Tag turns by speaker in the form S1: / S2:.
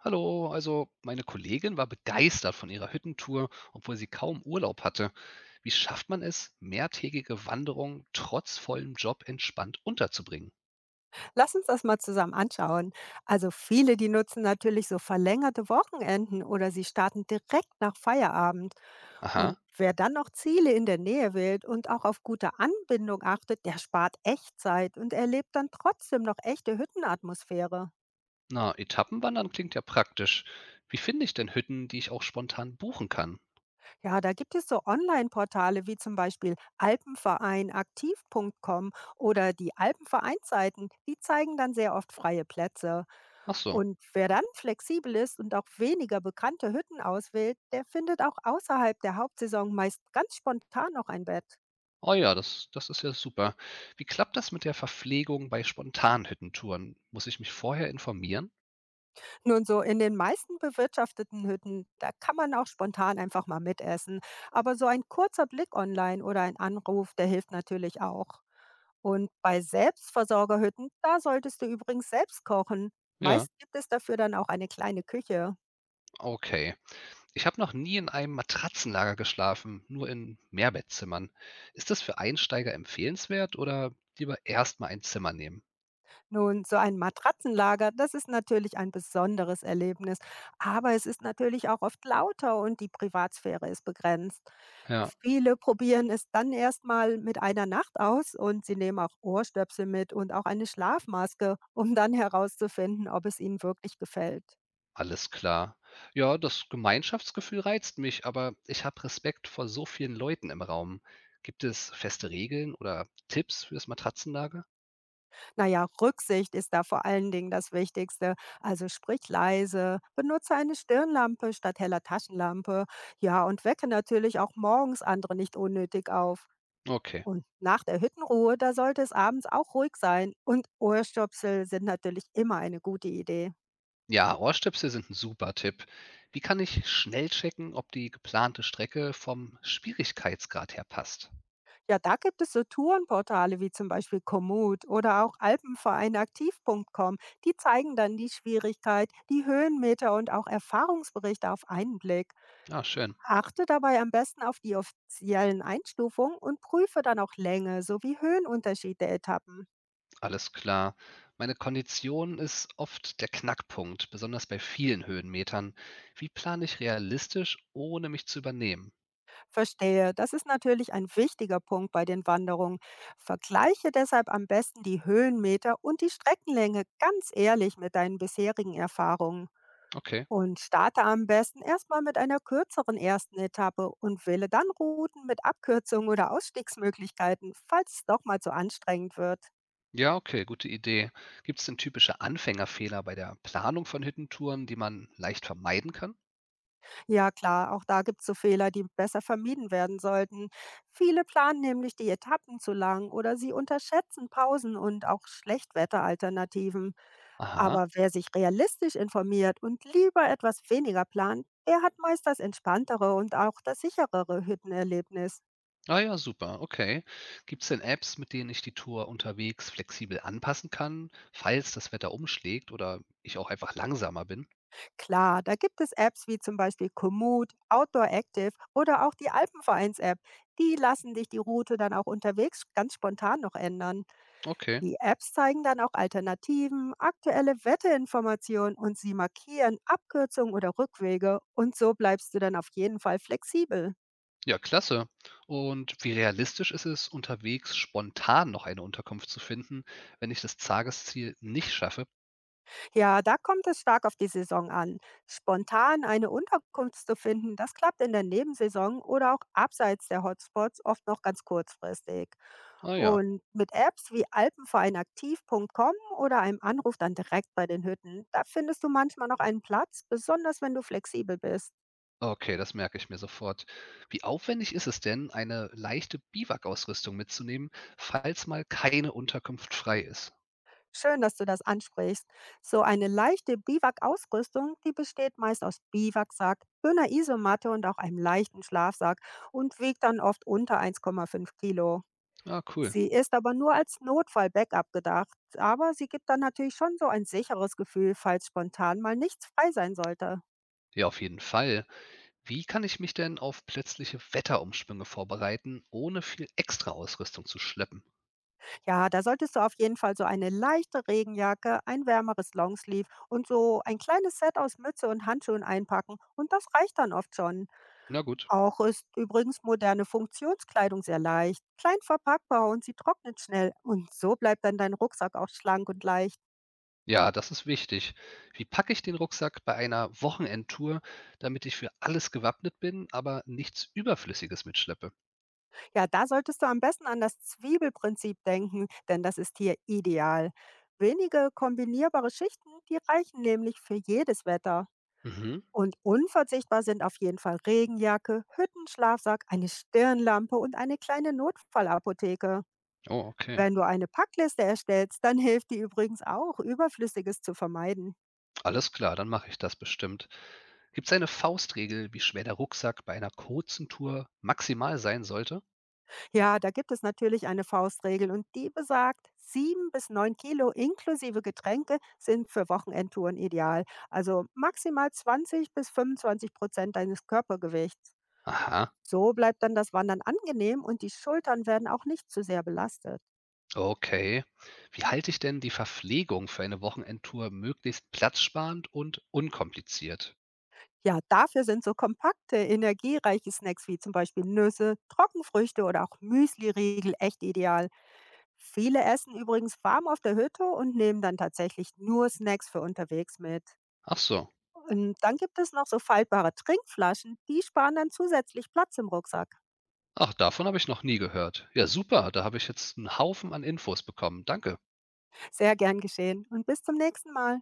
S1: Hallo, also meine Kollegin war begeistert von ihrer Hüttentour, obwohl sie kaum Urlaub hatte. Wie schafft man es, mehrtägige Wanderungen trotz vollem Job entspannt unterzubringen?
S2: Lass uns das mal zusammen anschauen. Also viele, die nutzen natürlich so verlängerte Wochenenden oder sie starten direkt nach Feierabend. Und
S1: Aha,
S2: wer dann noch Ziele in der Nähe wählt und auch auf gute Anbindung achtet, der spart echt Zeit und erlebt dann trotzdem noch echte Hüttenatmosphäre.
S1: na, Etappenwandern klingt ja praktisch. Wie finde ich denn Hütten, die ich auch spontan buchen kann?
S2: Ja, da gibt es so Online-Portale wie zum Beispiel alpenvereinaktiv.com oder die Alpenvereinsseiten, die zeigen dann sehr oft freie Plätze.
S1: Ach so.
S2: Und wer dann flexibel ist und auch weniger bekannte Hütten auswählt, der findet auch außerhalb der Hauptsaison meist ganz spontan noch ein Bett.
S1: Oh ja, das ist ja super. Wie klappt das mit der Verpflegung bei spontanen Hüttentouren? Muss ich mich vorher informieren?
S2: Nun so, in den meisten bewirtschafteten Hütten, da kann man auch spontan einfach mal mitessen. Aber so ein kurzer Blick online oder ein Anruf, der hilft natürlich auch. Und bei Selbstversorgerhütten, da solltest du übrigens selbst kochen. Meist
S1: Ja,
S2: gibt es dafür dann auch eine kleine Küche.
S1: okay. Ich habe noch nie in einem Matratzenlager geschlafen, nur in Mehrbettzimmern. Ist das für Einsteiger empfehlenswert oder lieber erst mal ein Zimmer nehmen?
S2: Nun, so ein Matratzenlager, das ist natürlich ein besonderes Erlebnis, aber es ist natürlich auch oft lauter und die Privatsphäre ist begrenzt.
S1: Ja,
S2: Viele probieren es dann erstmal mit einer Nacht aus und sie nehmen auch Ohrstöpsel mit und auch eine Schlafmaske, um dann herauszufinden, ob es ihnen wirklich gefällt.
S1: alles klar. Ja, das Gemeinschaftsgefühl reizt mich, aber ich habe Respekt vor so vielen Leuten im Raum. Gibt es feste Regeln oder Tipps für das Matratzenlager?
S2: Naja, Rücksicht ist da vor allen Dingen das Wichtigste. Also sprich leise, benutze eine Stirnlampe statt heller Taschenlampe. Ja, und wecke natürlich auch morgens andere nicht unnötig auf.
S1: Okay.
S2: Und nach der Hüttenruhe, da sollte es abends auch ruhig sein. Und Ohrstöpsel sind natürlich immer eine gute Idee.
S1: Ja, Ohrstöpsel sind ein super Tipp. Wie kann ich schnell checken, ob die geplante Strecke vom Schwierigkeitsgrad her passt?
S2: Ja, da gibt es so Tourenportale wie zum Beispiel Komoot oder auch Alpenvereinaktiv. Punkt Com. Die zeigen dann die Schwierigkeit, die Höhenmeter und auch Erfahrungsberichte auf einen Blick.
S1: Ja, schön.
S2: Achte dabei am besten auf die offiziellen Einstufungen und prüfe dann auch Länge sowie Höhenunterschied der Etappen.
S1: Alles klar. Meine Kondition ist oft der Knackpunkt, besonders bei vielen Höhenmetern. Wie plane ich realistisch, ohne mich zu übernehmen?
S2: Verstehe, das ist natürlich ein wichtiger Punkt bei den Wanderungen. Vergleiche deshalb am besten die Höhenmeter und die Streckenlänge ganz ehrlich mit deinen bisherigen Erfahrungen.
S1: Okay.
S2: Und starte am besten erstmal mit einer kürzeren ersten Etappe und wähle dann Routen mit Abkürzungen oder Ausstiegsmöglichkeiten, falls es doch mal zu anstrengend wird.
S1: Ja, okay, gute Idee. Gibt es denn typische Anfängerfehler bei der Planung von Hüttentouren, die man leicht vermeiden kann?
S2: Ja klar, auch da gibt's so Fehler, die besser vermieden werden sollten. Viele planen nämlich die Etappen zu lang oder sie unterschätzen Pausen und auch Schlechtwetteralternativen.
S1: Aha.
S2: Aber wer sich realistisch informiert und lieber etwas weniger plant, der hat meist das entspanntere und auch das sicherere Hüttenerlebnis.
S1: Ah ja, super. Okay. Gibt es denn Apps, mit denen ich die Tour unterwegs flexibel anpassen kann, falls das Wetter umschlägt oder ich auch einfach langsamer bin?
S2: Klar, da gibt es Apps wie zum Beispiel Komoot, Outdoor Active oder auch die Alpenvereins-App. Die lassen dich die Route dann auch unterwegs ganz spontan noch ändern.
S1: Okay.
S2: Die Apps zeigen dann auch Alternativen, aktuelle Wetteinformationen und sie markieren Abkürzungen oder Rückwege, und so bleibst du dann auf jeden Fall flexibel.
S1: Ja, klasse. Und wie realistisch ist es, unterwegs spontan noch eine Unterkunft zu finden, wenn ich das Tagesziel nicht schaffe?
S2: Ja, da kommt es stark auf die Saison an. Spontan eine Unterkunft zu finden, das klappt in der Nebensaison oder auch abseits der Hotspots oft noch ganz kurzfristig.
S1: Ah ja,
S2: Und mit Apps wie alpenvereinaktiv.com oder einem Anruf dann direkt bei den Hütten, da findest du manchmal noch einen Platz, besonders wenn du flexibel bist.
S1: okay, das merke ich mir sofort. Wie aufwendig ist es denn, eine leichte Biwakausrüstung mitzunehmen, falls mal keine Unterkunft frei ist?
S2: Schön, dass du das ansprichst. So eine leichte Biwak-Ausrüstung, die besteht meist aus Biwaksack, dünner Isomatte und auch einem leichten Schlafsack und wiegt dann oft unter 1,5 Kilo.
S1: Ah, cool.
S2: Sie ist aber nur als Notfall-Backup gedacht, aber sie gibt dann natürlich schon so ein sicheres Gefühl, falls spontan mal nichts frei sein sollte.
S1: Ja, auf jeden Fall. Wie kann ich mich denn auf plötzliche Wetterumschwünge vorbereiten, ohne viel extra Ausrüstung zu schleppen?
S2: Ja, da solltest du auf jeden Fall so eine leichte Regenjacke, ein wärmeres Longsleeve und so ein kleines Set aus Mütze und Handschuhen einpacken und das reicht dann oft schon.
S1: Na gut.
S2: Auch ist übrigens moderne Funktionskleidung sehr leicht, klein verpackbar und sie trocknet schnell. Und so bleibt dann dein Rucksack auch schlank und leicht.
S1: Ja, das ist wichtig. Wie packe ich den Rucksack bei einer Wochenendtour, damit ich für alles gewappnet bin, aber nichts Überflüssiges mitschleppe?
S2: Ja, da solltest du am besten an das Zwiebelprinzip denken, denn das ist hier ideal. Wenige kombinierbare Schichten, die reichen nämlich für jedes Wetter.
S1: Mhm.
S2: Und unverzichtbar sind auf jeden Fall Regenjacke, Hüttenschlafsack, eine Stirnlampe und eine kleine Notfallapotheke.
S1: Oh, okay.
S2: Wenn du eine Packliste erstellst, dann hilft die übrigens auch, Überflüssiges zu vermeiden.
S1: Alles klar, dann mache ich das bestimmt. Gibt es eine Faustregel, wie schwer der Rucksack bei einer kurzen Tour maximal sein sollte?
S2: Ja, da gibt es natürlich eine Faustregel und die besagt, 7 bis 9 Kilo inklusive Getränke sind für Wochenendtouren ideal. Also maximal 20 bis 25% deines Körpergewichts.
S1: Aha,
S2: So bleibt dann das Wandern angenehm und die Schultern werden auch nicht zu sehr belastet.
S1: okay. Wie halte ich denn die Verpflegung für eine Wochenendtour möglichst platzsparend und unkompliziert?
S2: Ja, dafür sind so kompakte, energiereiche Snacks wie zum Beispiel Nüsse, Trockenfrüchte oder auch Müsli-Riegel echt ideal. Viele essen übrigens warm auf der Hütte und nehmen dann tatsächlich nur Snacks für unterwegs mit.
S1: Ach so.
S2: Und dann gibt es noch so faltbare Trinkflaschen, die sparen dann zusätzlich Platz im Rucksack.
S1: Ach, davon habe ich noch nie gehört. Ja, super, da habe ich jetzt einen Haufen an Infos bekommen. Danke.
S2: Sehr gern geschehen und bis zum nächsten Mal.